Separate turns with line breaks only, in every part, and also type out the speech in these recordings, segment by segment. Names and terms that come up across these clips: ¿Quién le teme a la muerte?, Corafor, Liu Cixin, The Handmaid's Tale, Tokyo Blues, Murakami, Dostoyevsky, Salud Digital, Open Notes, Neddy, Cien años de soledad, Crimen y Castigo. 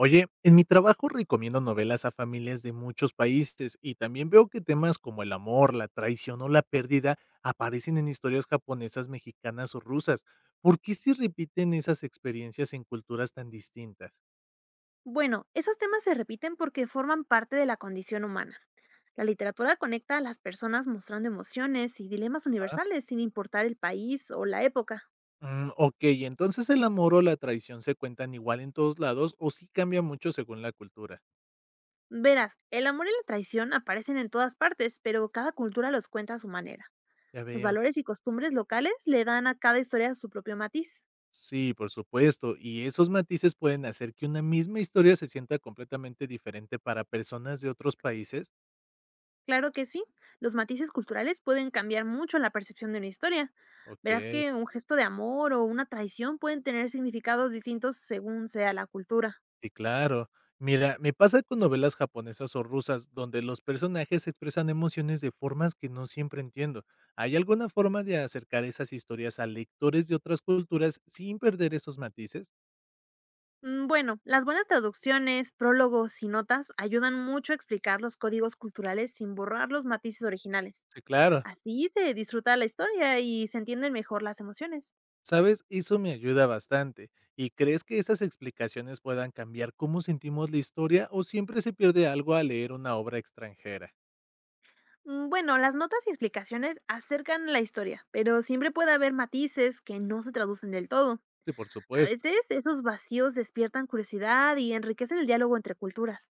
Oye, en mi trabajo recomiendo novelas a familias de muchos países y también veo que temas como el amor, la traición o la pérdida aparecen en historias japonesas, mexicanas o rusas. ¿Por qué se repiten esas experiencias en culturas tan distintas?
Bueno, esos temas se repiten porque forman parte de la condición humana. La literatura conecta a las personas mostrando emociones y dilemas
Ah,
universales sin importar el país o la época.
ok, entonces el amor o la traición se cuentan igual en todos lados o sí cambia mucho según la cultura.
Verás, el amor y la traición aparecen en todas partes, pero cada cultura los cuenta a su manera.
Ya
Los
veo.
valores y costumbres locales le dan a cada historia su propio matiz.
Sí, por supuesto, y esos matices pueden hacer que una misma historia se sienta completamente diferente para personas de otros países.
Claro que sí, los matices culturales pueden cambiar mucho la percepción de una historia.
Ok.
Verás que un gesto de amor o una traición pueden tener significados distintos según sea la cultura.
Sí, claro. Mira, me pasa con novelas japonesas o rusas, donde los personajes expresan emociones de formas que no siempre entiendo. ¿Hay alguna forma de acercar esas historias a lectores de otras culturas sin perder esos matices?
Bueno, las buenas traducciones, prólogos y notas ayudan mucho a explicar los códigos culturales sin borrar los matices originales.
Sí, claro.
Así se disfruta la historia y se entienden mejor las emociones.
Sabes, eso me ayuda bastante. ¿Y crees que esas explicaciones puedan cambiar cómo sentimos la historia o siempre se pierde algo al leer una obra extranjera?
Bueno, las notas y explicaciones acercan la historia, pero siempre puede haber matices que no se traducen del todo.
Sí, por
A
supuesto.
veces esos vacíos despiertan curiosidad y enriquecen el diálogo entre culturas.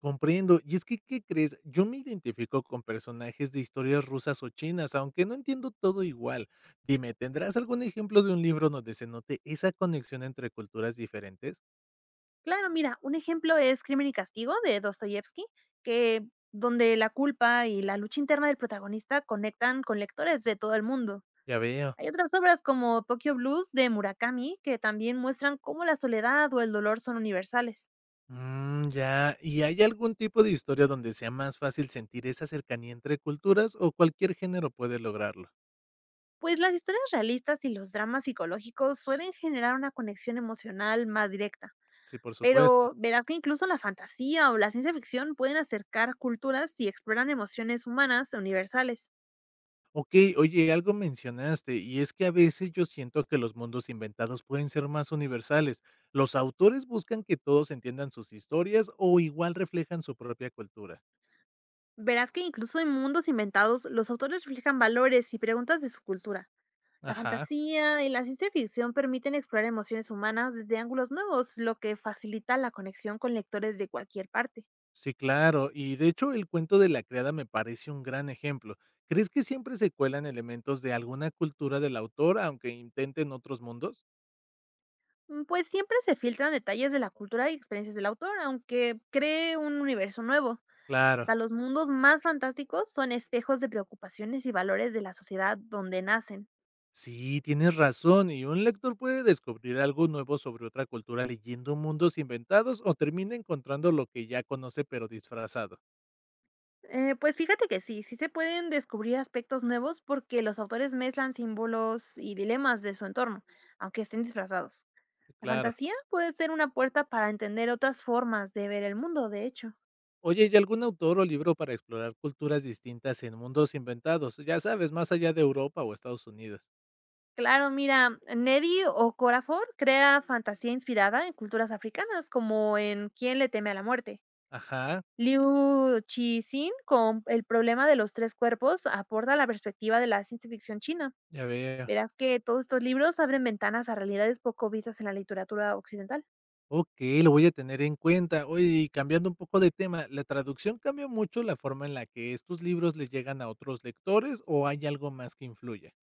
Comprendo. Y es que, ¿qué crees? Yo me identifico con personajes de historias rusas o chinas, aunque no entiendo todo igual. Dime, ¿tendrás algún ejemplo de un libro donde se note esa conexión entre culturas diferentes?
Claro, mira, un ejemplo es Crimen y Castigo de Dostoyevsky, que donde la culpa y la lucha interna del protagonista conectan con lectores de todo el mundo.
Ya veo.
Hay otras obras como Tokyo Blues de Murakami que también muestran cómo la soledad o el dolor son universales.
Mm, ya. ¿Y hay algún tipo de historia donde sea más fácil sentir esa cercanía entre culturas o cualquier género puede lograrlo?
Pues las historias realistas y los dramas psicológicos suelen generar una conexión emocional más directa.
Sí, por supuesto.
Pero verás que incluso la fantasía o la ciencia ficción pueden acercar culturas y exploran emociones humanas universales.
Okey, oye, algo mencionaste, y es que a veces yo siento que los mundos inventados pueden ser más universales. ¿Los autores buscan que todos entiendan sus historias o igual reflejan su propia cultura?
Verás que incluso en mundos inventados, los autores reflejan valores y preguntas de su cultura. La
Ajá,
fantasía y la ciencia ficción permiten explorar emociones humanas desde ángulos nuevos, lo que facilita la conexión con lectores de cualquier parte.
sí, claro. Y de hecho, el cuento de la criada me parece un gran ejemplo. ¿Crees que siempre se cuelan elementos de alguna cultura del autor, aunque intenten otros mundos?
Pues siempre se filtran detalles de la cultura y experiencias del autor, aunque cree un universo nuevo.
Claro.
Hasta los mundos más fantásticos son espejos de preocupaciones y valores de la sociedad donde nacen.
Sí, tienes razón, y un lector puede descubrir algo nuevo sobre otra cultura leyendo mundos inventados o termina encontrando lo que ya conoce pero disfrazado.
Pues fíjate que sí se pueden descubrir aspectos nuevos porque los autores mezclan símbolos y dilemas de su entorno, aunque estén disfrazados. La
Claro.
fantasía puede ser una puerta para entender otras formas de ver el mundo, de hecho.
Oye, ¿y algún autor o libro para explorar culturas distintas en mundos inventados? Ya sabes, más allá de Europa o Estados Unidos.
Claro, mira, Neddy o Corafor crea fantasía inspirada en culturas africanas, como en ¿Quién le teme a la muerte?
Ajá,
Liu Cixin con el problema de los tres cuerpos aporta la perspectiva de la ciencia ficción china.
ya veo.
Verás que todos estos libros abren ventanas a realidades poco vistas en la literatura occidental.
Ok, lo voy a tener en cuenta. Oye, y cambiando un poco de tema, ¿la traducción cambia mucho la forma en la que estos libros le llegan a otros lectores o hay algo más que influye?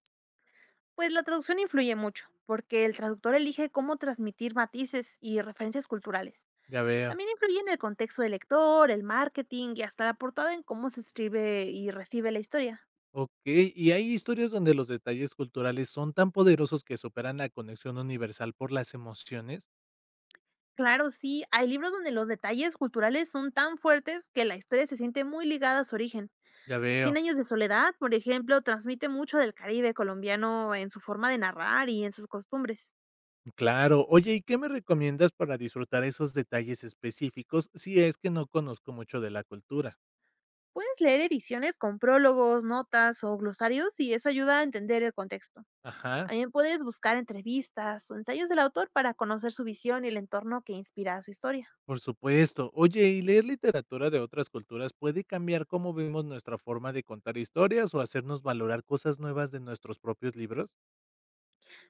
Pues la traducción influye mucho, porque el traductor elige cómo transmitir matices y referencias culturales.
Ya veo.
También influye en el contexto del lector, el marketing y hasta la portada en cómo se escribe y recibe la historia.
Okey, y hay historias donde los detalles culturales son tan poderosos que superan la conexión universal por las emociones.
Claro, sí, hay libros donde los detalles culturales son tan fuertes que la historia se siente muy ligada a su origen.
Ya
Cien
veo.
años de soledad, por ejemplo, transmite mucho del Caribe colombiano en su forma de narrar y en sus costumbres.
Claro. Oye, ¿y qué me recomiendas para disfrutar esos detalles específicos si es que no conozco mucho de la cultura?
Puedes leer ediciones con prólogos, notas o glosarios y eso ayuda a entender el contexto.
Ajá,
También puedes buscar entrevistas o ensayos del autor para conocer su visión y el entorno que inspira a su historia.
por supuesto. Oye, ¿y leer literatura de otras culturas puede cambiar cómo vemos nuestra forma de contar historias o hacernos valorar cosas nuevas de nuestros propios libros?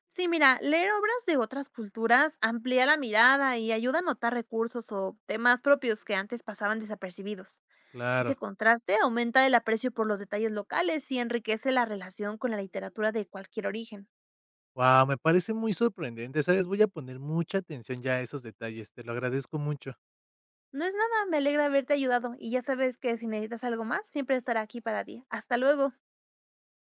Sí, mira, leer obras de otras culturas amplía la mirada y ayuda a notar recursos o temas propios que antes pasaban desapercibidos.
Claro.
Ese contraste aumenta el aprecio por los detalles locales y enriquece la relación con la literatura de cualquier origen.
Wow, me parece muy sorprendente, ¿sabes? Voy a poner mucha atención ya a esos detalles, te lo agradezco mucho.
No es nada, me alegra haberte ayudado y ya sabes que si necesitas algo más, siempre estaré aquí para ti. Hasta luego.